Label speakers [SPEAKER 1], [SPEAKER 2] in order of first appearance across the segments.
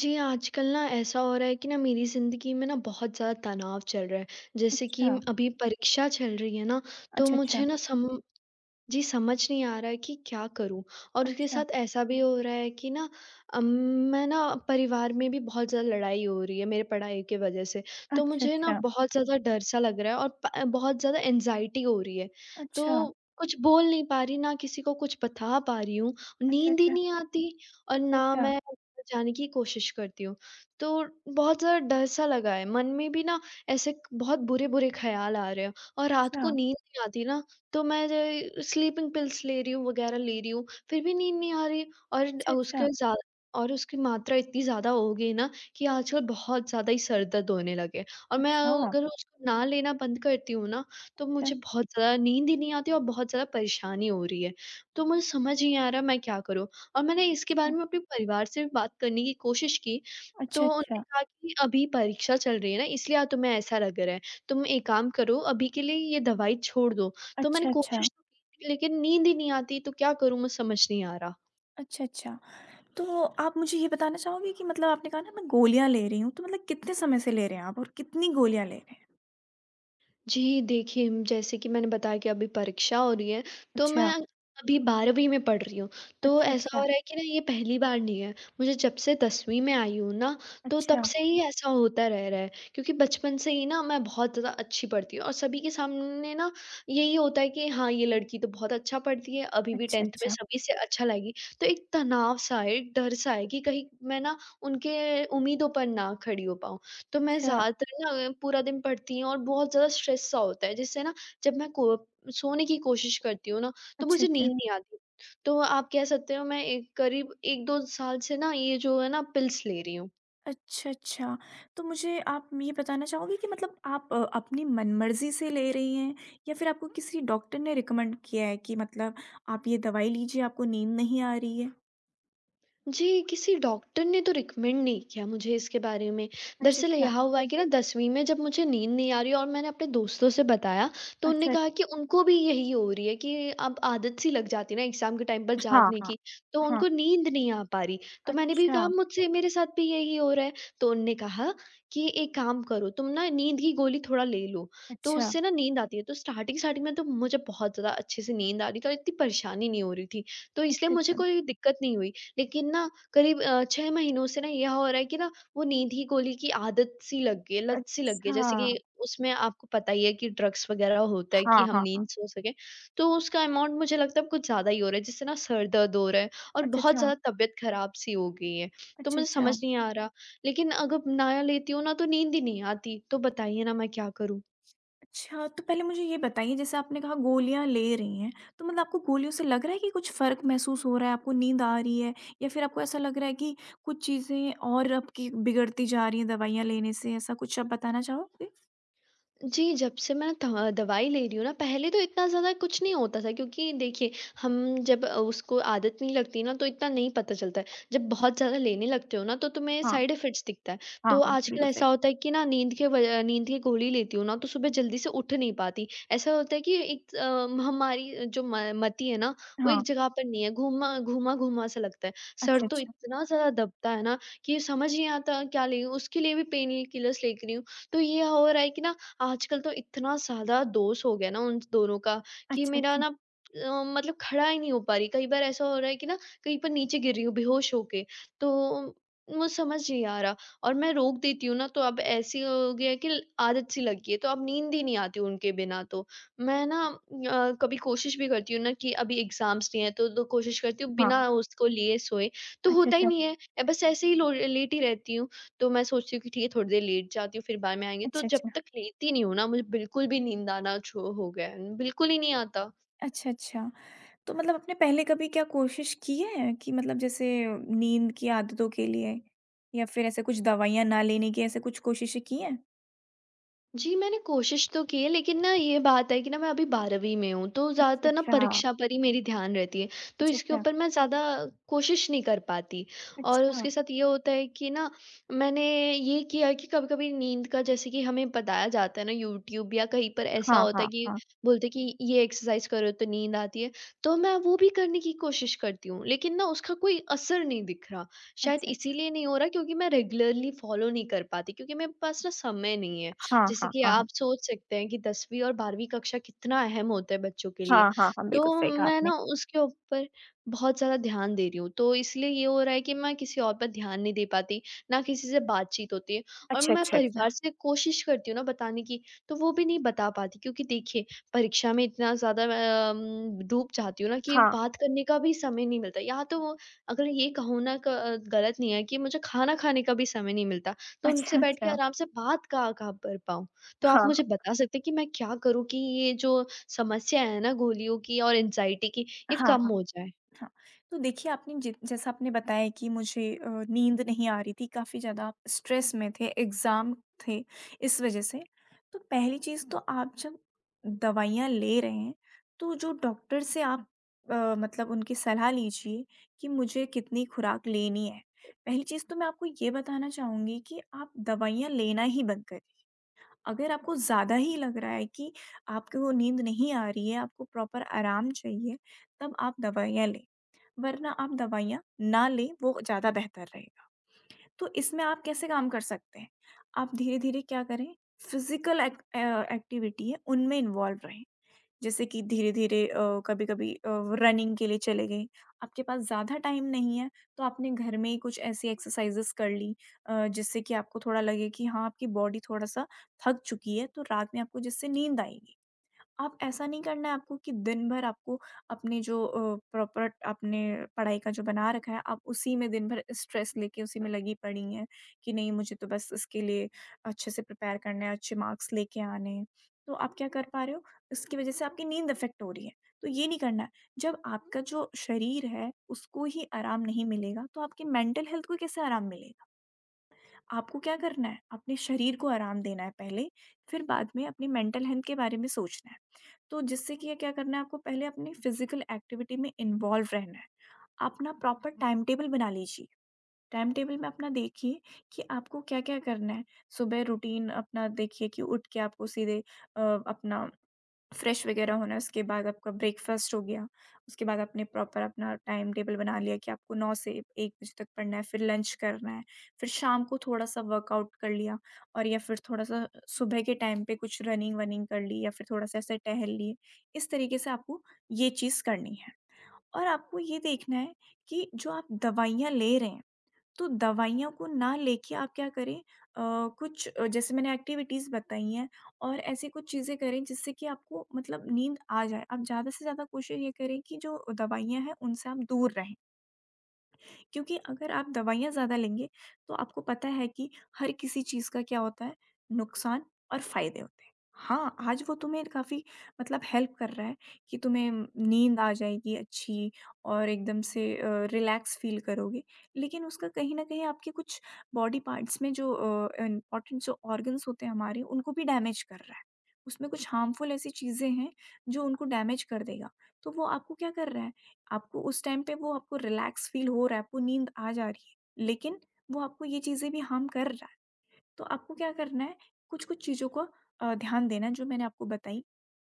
[SPEAKER 1] जी, आजकल ना ऐसा हो रहा है कि ना मेरी ज़िंदगी में ना बहुत ज़्यादा तनाव चल रहा है। जैसे कि
[SPEAKER 2] अच्छा,
[SPEAKER 1] अभी परीक्षा चल रही है ना, तो
[SPEAKER 2] अच्छा, अच्छा,
[SPEAKER 1] मुझे ना सम जी, समझ नहीं आ रहा है कि क्या करूँ? और उसके
[SPEAKER 2] अच्छा,
[SPEAKER 1] साथ ऐसा भी हो रहा है कि ना अम, मैं ना परिवार में भी बहुत ज़्यादा लड़ाई हो रही है मेरे पढ़ाई की वज़ह से। तो मुझे ना
[SPEAKER 2] अच्छा,
[SPEAKER 1] बहुत ज़्यादा डर-सा लग रहा है और प बहुत ज़्यादा एंग्ज़ायटी हो रही है। तो
[SPEAKER 2] अच्छा,
[SPEAKER 1] कुछ बोल नहीं पा रही, ना किसी को कुछ बता पा रही हूँ,
[SPEAKER 2] अच्छा,
[SPEAKER 1] नींद ही
[SPEAKER 2] अच्छा,
[SPEAKER 1] नहीं आती और
[SPEAKER 2] अच्छा,
[SPEAKER 1] ना
[SPEAKER 2] अच्छा,
[SPEAKER 1] मैं ऊपर जाने की कोशिश करती हूँ। तो बहुत ज़्यादा डर-सा लगा है, मन में भी ना ऐसे बहुत बुरे-बुरे ख़्याल आ रहे हैं और रात को नींद नहीं आती ना। तो मैं जो स्लीपिंग पिल्स ले रही हूँ वगैरह ले रही हूँ, फिर भी नींद नहीं आ रही। और अ,
[SPEAKER 2] अच्छा, अच्छा,
[SPEAKER 1] उसके ज़्या और उसकी मात्रा इतनी ज़्यादा हो गई है ना कि आजकल बहुत ज़्यादा ही सर दर्द होने लगे। और मैं
[SPEAKER 2] अच्छा, अच्छा, अच्छा,
[SPEAKER 1] अगर उसको ना लेना बंद करती हूँ ना, तो मुझे बहुत ज़्यादा नींद ही नहीं आती और बहुत ज़्यादा परेशानी हो रही है। तो मुझे समझ नहीं आ रहा मैं क्या करूँ? और मैंने इसके बारे में अपने परिवार से भी बात करने की कोशिश की,
[SPEAKER 2] अच्छा,
[SPEAKER 1] तो
[SPEAKER 2] अच्छा, अच्छा,
[SPEAKER 1] उन्होंने
[SPEAKER 2] अच्छा,
[SPEAKER 1] कहा कि अभी परीक्षा चल रही है ना इसलिए तुम्हें ऐसा लग रहा है, तुम एक काम करो अभी के लिए ये दवाई छोड़ दो। तो मैंने
[SPEAKER 2] अच्छा, अच्छा।
[SPEAKER 1] कोशिश तो की थी लेकिन नींद ही नहीं आती तो क्या करूँ मुझे समझ नहीं आ रहा।
[SPEAKER 2] अच्छा। तो आप मुझे ये बताना चाहोगे कि मतलब आपने कहा ना मैं गोलियाँ ले रही हूँ, तो मतलब कितने समय से ले रहे हैं आप और कितनी गोलियाँ ले रहे हैं?
[SPEAKER 1] जी, देखिए जैसे कि मैंने बताया कि अभी परीक्षा हो रही है, तो मैं
[SPEAKER 2] अच्छा,
[SPEAKER 1] अभी 12वीं में पढ़ रही हूँ। तो
[SPEAKER 2] अच्छा,
[SPEAKER 1] ऐसा हो
[SPEAKER 2] अच्छा,
[SPEAKER 1] रहा है कि ना ये पहली बार नहीं है, मुझे जब से 10वीं में आई हूँ ना, तो तब
[SPEAKER 2] अच्छा,
[SPEAKER 1] से ही ऐसा होता रह रहा है। क्योंकि बचपन से ही ना मैं बहुत ज़्यादा अच्छी पढ़ती हूँ और सभी के सामने ना यही होता है कि हाँ, ये लड़की तो बहुत अच्छा पढ़ती है, अभी भी
[SPEAKER 2] अच्छा,
[SPEAKER 1] 10th में
[SPEAKER 2] अच्छा,
[SPEAKER 1] सभी से अच्छा लाएगी। तो एक तनाव-सा है, एक डर-सा है कि कहीं मैं ना उनके उम्मीदों पर ना खड़ी हो पाऊँ। तो मैं
[SPEAKER 2] अच्छा,
[SPEAKER 1] ज़्यादातर ना पूरा दिन पढ़ती हूँ और बहुत ज़्यादा स्ट्रेस सा होता है जिससे ना जब मैं को सोने की कोशिश करती हूँ ना तो
[SPEAKER 2] अच्छा,
[SPEAKER 1] मुझे
[SPEAKER 2] अच्छा।
[SPEAKER 1] नींद नहीं आती। तो आप कह सकते हो मैं एक करीब 1-2 साल से ना ये जो है ना पिल्स ले रही हूँ।
[SPEAKER 2] अच्छा, अच्छा। तो मुझे आप ये बताना चाहोगे कि मतलब आप अपनी मनमर्ज़ी से ले रही हैं या फिर आपको किसी डॉक्टर ने रिकमेंड किया है कि मतलब आप ये दवाई लीजिए, आपको नींद नहीं आ रही है?
[SPEAKER 1] जी, किसी डॉक्टर ने तो रिकमेंड नहीं किया मुझे इसके बारे में।
[SPEAKER 2] अच्छा,
[SPEAKER 1] दरअसल
[SPEAKER 2] अच्छा।
[SPEAKER 1] यहाँ हुआ है कि ना 10वीं में जब मुझे नींद नहीं आ रही और मैंने अपने दोस्तों से बताया, तो उनने
[SPEAKER 2] अच्छा, अच्छा।
[SPEAKER 1] कहा कि उनको भी यही हो रही है कि अब आदत सी लग जाती है ना एग्ज़ाम के टाइम पर
[SPEAKER 2] हाँ,
[SPEAKER 1] जागने
[SPEAKER 2] हाँ,
[SPEAKER 1] की, तो
[SPEAKER 2] हाँ।
[SPEAKER 1] उनको नींद नहीं आ पा रही। तो मैंने भी
[SPEAKER 2] अच्छा,
[SPEAKER 1] कहा मुझसे मेरे साथ भी यही हो रहा है, तो उनने कहा कि एक काम करो तुम ना नींद की गोली थोड़ा ले लो, तो
[SPEAKER 2] अच्छा।
[SPEAKER 1] उससे ना नींद आती है। तो स्टार्टिंग-स्टार्टिंग में तो मुझे बहुत ज़्यादा अच्छे से नींद आ रही थी और इतनी परेशानी नहीं हो रही थी, तो इसलिए
[SPEAKER 2] अच्छा,
[SPEAKER 1] मुझे
[SPEAKER 2] अच्छा।
[SPEAKER 1] कोई दिक्कत नहीं हुई। लेकिन ना करीब 6 महीनों से ना यह हो रहा है कि ना वो नींद ही गोली की आदत सी लग गई है, लत सी लग गई है।
[SPEAKER 2] अच्छा।
[SPEAKER 1] जैसे कि उसमें आपको पता ही है कि ड्रग्स वगैरह होता है
[SPEAKER 2] हाँ,
[SPEAKER 1] कि हम
[SPEAKER 2] हाँ, हाँ।
[SPEAKER 1] नींद
[SPEAKER 2] हाँ,
[SPEAKER 1] सो सकें, तो उसका अमाउंट मुझे लगता है अब कुछ ज़्यादा ही हो रहा है, जिससे ना सर दर्द हो रहा है और
[SPEAKER 2] अच्छा,
[SPEAKER 1] बहुत
[SPEAKER 2] अच्छा।
[SPEAKER 1] ज़्यादा तबीयत खराब सी हो गई है। तो
[SPEAKER 2] अच्छा,
[SPEAKER 1] मुझे
[SPEAKER 2] अच्छा।
[SPEAKER 1] समझ नहीं आ रहा, लेकिन अगर ना लेती हूँ ना तो नींद ही नहीं आती, तो बताइए ना मैं क्या करूँ?
[SPEAKER 2] अच्छा, तो पहले मुझे ये बताइए जैसे आपने कहा गोलियाँ ले रही हैं, तो मतलब आपको गोलियों से लग रहा है कि कुछ फ़र्क महसूस हो रहा है, आपको नींद आ रही है या फिर आपको ऐसा लग रहा है कि कुछ चीज़ें और आपकी बिगड़ती जा रही हैं दवाइयाँ लेने से, ऐसा कुछ आप बताना चाहोगे?
[SPEAKER 1] जी, जब से मैं थ दवाई ले रही हूँ ना, पहले तो इतना ज़्यादा कुछ नहीं होता था क्योंकि देखिए, हम जब उसको आदत नहीं लगती ना, तो इतना नहीं पता चलता है। जब बहुत ज़्यादा लेने लगते हो ना, तो तुम्हें
[SPEAKER 2] हाँ,
[SPEAKER 1] साइड इफ़ेक्ट्स दिखता है। तो
[SPEAKER 2] हाँ, हाँ,
[SPEAKER 1] आजकल
[SPEAKER 2] बिल्कुल सही।
[SPEAKER 1] ऐसा होता है कि ना नींद के वजह नींद की गोली लेती हूँ ना, तो सुबह जल्दी से उठ नहीं पाती। ऐसा होता है कि एक हमारी जो म मति है ना, वो एक
[SPEAKER 2] हाँ,
[SPEAKER 1] जगह पर नहीं है, घूमा घूमा-घूमा सा लगता है। सर
[SPEAKER 2] अच्छा,
[SPEAKER 1] तो
[SPEAKER 2] अच्छा।
[SPEAKER 1] इतना ज़्यादा दबता है ना, कि समझ ही नहीं आता क्या ले लूँ? उसके लिए भी पेन किलर्स ले रही हूँ। तो ये हो रहा है कि ना आजकल तो इतना ज़्यादा दोष हो गया ना उन दोनों का कि
[SPEAKER 2] अच्छा,
[SPEAKER 1] मेरा
[SPEAKER 2] अच्छा।
[SPEAKER 1] ना मतलब खड़ा ही नहीं हो पा रही। कई बार ऐसा हो रहा है कि ना कहीं पर नीचे गिर रही हूँ बेहोश होके, तो मुझे समझ नहीं आ रहा और मैं रोक देती हूँ ना तो अब ऐसी हो गया है कि आदत सी लग गई है, तो अब नींद ही नहीं आती उनके बिना तो। मैं ना कभी कोशिश भी करती हूँ ना कि अभी एग्ज़ाम्स नहीं है तो कोशिश करती हूँ
[SPEAKER 2] हाँ,
[SPEAKER 1] बिना उसको लिए सोए, तो
[SPEAKER 2] अच्छा,
[SPEAKER 1] होता ही
[SPEAKER 2] अच्छा।
[SPEAKER 1] नहीं है। बस ऐसे ही लो लेटी रहती हूँ। तो मैं सोचती हूँ कि ठीक है थोड़ी देर लेट जाती हूँ फिर बाद में आएँगे, तो
[SPEAKER 2] अच्छा,
[SPEAKER 1] जब
[SPEAKER 2] अच्छा।
[SPEAKER 1] तक लेटी नहीं हूँ ना मुझे बिल्कुल भी नींद आना छो हो गया है, बिल्कुल ही नहीं आता।
[SPEAKER 2] अच्छा, अच्छा। तो मतलब आपने पहले कभी क्या कोशिश की है कि मतलब जैसे नींद की आदतों के लिए या फिर ऐसे कुछ दवाइयाँ ना लेने की ऐसे कुछ कोशिशें की हैं?
[SPEAKER 1] जी, मैंने कोशिश तो की है, लेकिन ना ये बात है कि ना मैं अभी 12वीं में हूँ, तो
[SPEAKER 2] अच्छा,
[SPEAKER 1] ज़्यादातर ना
[SPEAKER 2] अच्छा।
[SPEAKER 1] परीक्षा पर ही मेरी ध्यान रहती है, तो
[SPEAKER 2] अच्छा,
[SPEAKER 1] इसके
[SPEAKER 2] अच्छा।
[SPEAKER 1] ऊपर मैं ज़्यादा कोशिश नहीं कर पाती। और
[SPEAKER 2] अच्छा।
[SPEAKER 1] उसके साथ ये होता है कि ना मैंने ये किया है कि कभी-कभी नींद का जैसे कि हमें बताया जाता है ना यूट्यूब या कहीं पर ऐसा
[SPEAKER 2] हाँ,
[SPEAKER 1] होता है
[SPEAKER 2] हाँ,
[SPEAKER 1] कि
[SPEAKER 2] हाँ।
[SPEAKER 1] बोलते हैं कि ये एक्सरसाइज़ करो तो नींद आती है, तो मैं वो भी करने की कोशिश करती हूँ, लेकिन ना उसका कोई असर नहीं दिख रहा। शायद
[SPEAKER 2] अच्छा, अच्छा।
[SPEAKER 1] इसीलिए नहीं हो रहा क्योंकि मैं रेगुलरली फ़ॉलो नहीं कर पाती क्योंकि मेरे पास ना समय नहीं है।
[SPEAKER 2] हाँ,
[SPEAKER 1] जैसे
[SPEAKER 2] हाँ,
[SPEAKER 1] कि
[SPEAKER 2] हाँ, हाँ।
[SPEAKER 1] आप सोच सकते हैं कि 10वीं और 12वीं कक्षा कितना अहम होता है बच्चों के लिए।
[SPEAKER 2] हाँ, हाँ, हाँ,
[SPEAKER 1] तो
[SPEAKER 2] बिल्कुल सही कहा
[SPEAKER 1] मैं
[SPEAKER 2] आपने।
[SPEAKER 1] ना उसके ऊपर बहुत ज़्यादा ध्यान दे रही हूँ। तो इसलिए ये हो रहा है कि मैं किसी और पर ध्यान नहीं दे पाती, ना किसी से बातचीत होती है और
[SPEAKER 2] अच्छा,
[SPEAKER 1] मैं
[SPEAKER 2] अच्छा, अच्छा।
[SPEAKER 1] परिवार से कोशिश करती हूँ ना बताने की, तो वो भी नहीं बता पाती क्योंकि देखिए परीक्षा में इतना ज़्यादा अम, डूब जाती हूँ ना कि
[SPEAKER 2] हाँ।
[SPEAKER 1] बात करने का भी समय नहीं मिलता। या तो वो अगर ये कहूँ ना क गलत नहीं है कि मुझे खाना खाने का भी समय नहीं मिलता तो उनसे
[SPEAKER 2] अच्छा,
[SPEAKER 1] बैठ के
[SPEAKER 2] अच्छा।
[SPEAKER 1] आराम से बात कहाँ कहाँ कर पाऊँ। तो आप
[SPEAKER 2] हाँ,
[SPEAKER 1] मुझे बता सकते हैं कि मैं क्या करूँ कि ये जो समस्या है ना गोलियों की और एंग्ज़ायटी की, ये
[SPEAKER 2] हाँ,
[SPEAKER 1] कम
[SPEAKER 2] हाँ।
[SPEAKER 1] हो जाए?
[SPEAKER 2] हाँ, तो देखिए आपने जित जैसा आपने बताया कि मुझे नींद नहीं आ रही थी, काफ़ी ज़्यादा आप स्ट्रेस में थे, एग्ज़ाम थे, इस वजह से। तो पहली चीज़ तो आप जब दवाइयाँ ले रहे हैं, तो जो डॉक्टर से आप मतलब उनकी सलाह लीजिए कि मुझे कितनी खुराक लेनी है। पहली चीज़ तो मैं आपको ये बताना चाहूँगी कि आप दवाइयाँ लेना ही बंद करें। अगर आपको ज़्यादा ही लग रहा है कि आपको नींद नहीं आ रही है, आपको प्रॉपर आराम चाहिए, तब आप दवाइयाँ लें। वरना आप दवाइयाँ ना लें, वो ज़्यादा बेहतर रहेगा। तो इसमें आप कैसे काम कर सकते हैं? आप धीरे-धीरे क्या करें, फिज़िकल एक एक्टिविटी है, उनमें इन्वॉल्व रहें। जैसे कि धीरे-धीरे कभी-कभी रनिंग के लिए चले गए। आपके पास ज़्यादा टाइम नहीं है, तो आपने घर में ही कुछ ऐसी एक्सरसाइज़ेज़ कर लीं, जिससे कि आपको थोड़ा लगे कि हाँ, आपकी बॉडी थोड़ा-सा थक चुकी है, तो रात में आपको जिससे नींद आएगी। आप ऐसा नहीं करना है आपको कि दिन भर आपको अपने जो प्रॉपर आपने पढ़ाई का जो बना रखा है आप उसी में दिन भर स्ट्रेस लेके उसी में लगी पड़ी हैं कि नहीं मुझे तो बस इसके लिए अच्छे से प्रिपेयर करना है अच्छे मार्क्स लेके आने हैं, तो आप क्या कर पा रहे हो, इसकी वजह से आपकी नींद अफेक्ट हो रही है, तो ये नहीं करना है। जब आपका जो शरीर है उसको ही आराम नहीं मिलेगा तो आपकी मेंटल हेल्थ को कैसे आराम मिलेगा? आपको क्या करना है? अपने शरीर को आराम देना है पहले, फिर बाद में अपनी मेंटल हेल्थ के बारे में सोचना है। तो जिससे कि ये क्या करना है आपको, पहले अपनी फिज़िकल एक्टिविटी में इन्वॉल्व रहना है। आप ना प्रॉपर टाइम टेबल बना लीजिए, टाइम टेबल में अपना देखिए कि आपको क्या-क्या करना है। सुबह रूटीन अपना देखिए कि उठ के आपको सीधे अ, अपना फ्रेश वगैरह होना है, उसके बाद आपका ब्रेकफ़ास्ट हो गया, उसके बाद आपने प्रॉपर अपना टाइम टेबल बना लिया कि आपको 9 से 1 बजे तक पढ़ना है, फिर लंच करना है, फिर शाम को थोड़ा-सा वर्कआउट कर लिया और या फिर थोड़ा-सा सुबह के टाइम पे कुछ रनिंग वनिंग कर ली या फिर थोड़ा-सा ऐसे टहल लिए। इस तरीके से आपको ये चीज़ करनी है और आपको ये देखना है कि जो आप दवाइयाँ ले रहे हैं, तो दवाइयों को ना लेके आप क्या करें, अ, कुछ जैसे मैंने एक्टिविटीज़ बताई हैं और ऐसी कुछ चीज़ें करें जिससे कि आपको मतलब नींद आ जाए। आप ज़्यादा से ज़्यादा कोशिश ये करें कि जो दवाइयाँ हैं उनसे आप दूर रहें। क्योंकि अगर आप दवाइयाँ ज़्यादा लेंगे तो आपको पता है कि हर किसी चीज़ का क्या होता है, नुकसान और फायदे होते हैं। हाँ, आज वो तुम्हें काफ़ी मतलब हेल्प कर रहा है कि तुम्हें नींद आ जाएगी अच्छी और एकदम से रिलैक्स फ़ील करोगे। लेकिन उसका कहीं न कहीं आपके कुछ बॉडी पार्ट्स में जो इम्पोर्टेंट जो ऑर्गन्स होते हैं हमारे उनको भी डैमेज कर रहा है। उसमें कुछ हार्मफुल ऐसी चीज़ें हैं जो उनको डैमेज कर देगा। तो वो आपको क्या कर रहा है, आपको उस टाइम पे वो आपको रिलैक्स फील हो रहा है, आपको नींद आ जा रही है, लेकिन वो आपको ये चीज़ें भी हार्म कर रहा है। तो आपको क्या करना है, कुछ-कुछ चीज़ों को ध्यान देना है, जो मैंने आपको बताई।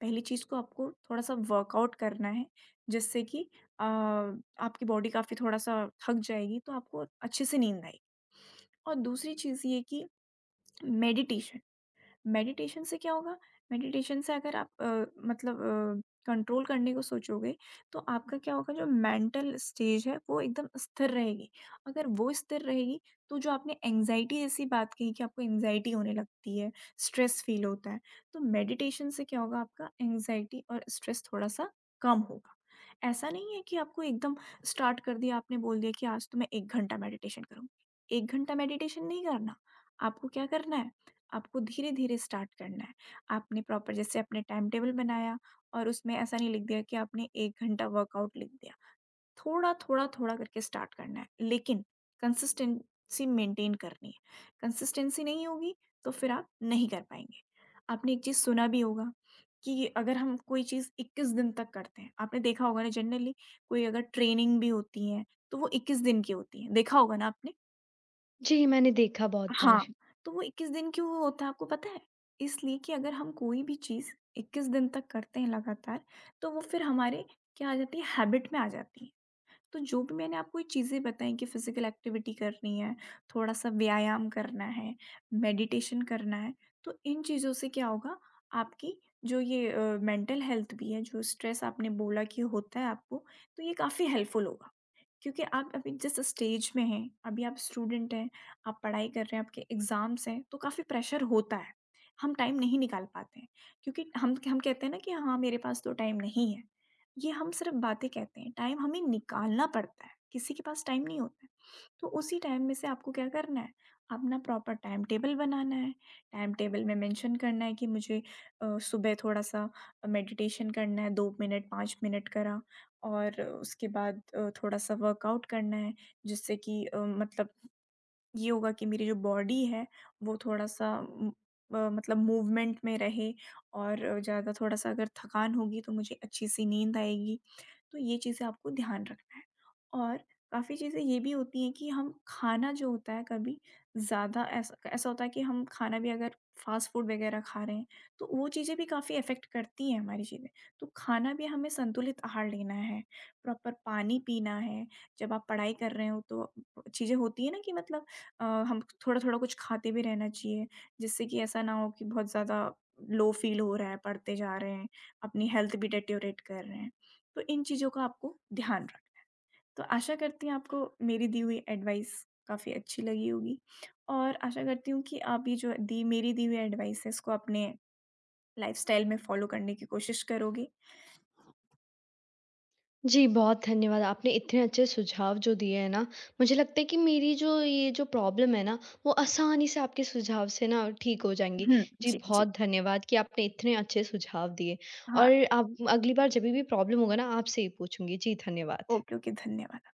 [SPEAKER 2] पहली चीज़ को आपको थोड़ा-सा वर्कआउट करना है, जिससे कि आपकी बॉडी काफ़ी थोड़ा-सा थक जाएगी, तो आपको अच्छे से नींद आएगी। और दूसरी चीज़ ये कि मेडिटेशन, मेडिटेशन से क्या होगा, मेडिटेशन से अगर आप मतलब कंट्रोल करने को सोचोगे तो आपका क्या होगा, जो मेंटल स्टेज है वो एकदम स्थिर रहेगी। अगर वो स्थिर रहेगी तो जो आपने एंजाइटी जैसी बात कही कि आपको एंजाइटी होने लगती है, स्ट्रेस फील होता है, तो मेडिटेशन से क्या होगा, आपका एंजाइटी और स्ट्रेस थोड़ा सा कम होगा। ऐसा नहीं है कि आपको एकदम स्टार्ट कर दिया, आपने बोल दिया कि आज तो मैं एक घंटा मेडिटेशन करूँ। एक घंटा मेडिटेशन नहीं करना, आपको क्या करना है, आपको धीरे-धीरे स्टार्ट करना है। आपने प्रॉपर जैसे अपने टाइम टेबल बनाया और उसमें ऐसा नहीं लिख दिया कि आपने 1 घंटा वर्कआउट लिख दिया। थोड़ा-थोड़ा, थोड़ा थोड़ा करके स्टार्ट करना है, लेकिन कंसिस्टेंसी मेंटेन करनी है। कंसिस्टेंसी नहीं होगी तो फिर आप नहीं कर पाएँगे। आपने एक चीज़ सुना भी होगा कि अगर हम कोई चीज़ 21 दिन तक करते हैं, आपने देखा होगा ना जनरली कोई अगर ट्रेनिंग भी होती है, तो वो 21 दिन की होती है, देखा होगा ना आपने?
[SPEAKER 1] जी, मैंने देखा बहुत बार।
[SPEAKER 2] हाँ, तो वो 21 दिन क्यों होता है आपको पता है? इसलिए कि अगर हम कोई भी चीज़ 21 दिन तक करते हैं लगातार, तो वो फिर हमारे क्या आ जाती है, हैबिट में आ जाती है। तो जो भी मैंने आपको ये चीज़ें बताई कि फिजिकल एक्टिविटी करनी है, थोड़ा-सा व्यायाम करना है, मेडिटेशन करना है, तो इन चीज़ों से क्या होगा, आपकी जो ये मेंटल हेल्थ भी है, जो स्ट्रेस आपने बोला कि होता है आपको, तो ये काफ़ी हेल्पफुल होगा। क्योंकि आप अभी जिस स्टेज में हैं, अभी आप स्टूडेंट हैं, आप पढ़ाई कर रहे हैं, आपके एग्ज़ाम्स हैं, तो काफ़ी प्रेशर होता है। हम टाइम नहीं निकाल पाते हैं, क्योंकि हम कहते हैं ना कि हाँ, मेरे पास तो टाइम नहीं है। ये हम सिर्फ बातें कहते हैं, टाइम हमें निकालना पड़ता है, किसी के पास टाइम नहीं होता है। तो उसी टाइम में से आपको क्या करना है, अपना प्रॉपर टाइम टेबल बनाना है, टाइम टेबल में मेंशन करना है कि मुझे सुबह थोड़ा-सा मेडिटेशन करना है, 2 मिनट 5 मिनट करा, और उसके बाद थोड़ा-सा वर्कआउट करना है जिससे कि मतलब ये होगा कि मेरी जो बॉडी है वो थोड़ा-सा मतलब मूवमेंट में रहे और ज़्यादा थोड़ा-सा अगर थकान होगी तो मुझे अच्छी-सी नींद आएगी। तो ये चीज़ें आपको ध्यान रखना है। और काफ़ी चीज़ें ये भी होती हैं कि हम खाना जो होता है कभी ज़्यादा, ऐसा ऐसा होता है कि हम खाना भी अगर फ़ास्ट फूड वग़ैरह खा रहे हैं, तो वो चीज़ें भी काफ़ी अफ़ेक्ट करती हैं हमारी चीज़ें। तो खाना भी हमें संतुलित आहार लेना है, प्रॉपर पानी पीना है, जब आप पढ़ाई कर रहे हो तो चीज़ें होती हैं ना कि मतलब हम थोड़ा-थोड़ा कुछ खाते भी रहना चाहिए, जिससे कि ऐसा ना हो कि बहुत ज़्यादा लो फ़ील हो रहा है, पढ़ते जा रहे हैं, अपनी हेल्थ भी डिटेरियोरेट कर रहे हैं। तो इन चीज़ों का आपको ध्यान रख, तो आशा करती हूँ आपको मेरी दी हुई एडवाइस काफ़ी अच्छी लगी होगी और आशा करती हूँ कि आप ये जो दी मेरी दी हुई एडवाइस है इसको अपने लाइफस्टाइल में फॉलो करने की कोशिश करोगे।
[SPEAKER 1] जी, बहुत धन्यवाद आपने इतने अच्छे सुझाव जो दिए हैं ना, मुझे लगता है कि मेरी जो ये जो प्रॉब्लम है ना, वो आसानी से आपके सुझाव से ना ठीक हो जाएँगी।
[SPEAKER 2] हुँ,
[SPEAKER 1] जी,
[SPEAKER 2] जी, जी।
[SPEAKER 1] बहुत धन्यवाद कि आपने इतने अच्छे सुझाव दिए
[SPEAKER 2] हाँ,
[SPEAKER 1] और आप अगली बार जभी भी प्रॉब्लम होगा ना, आपसे ही पूछूँगी। जी, धन्यवाद।
[SPEAKER 2] ओके, ओके, धन्यवाद।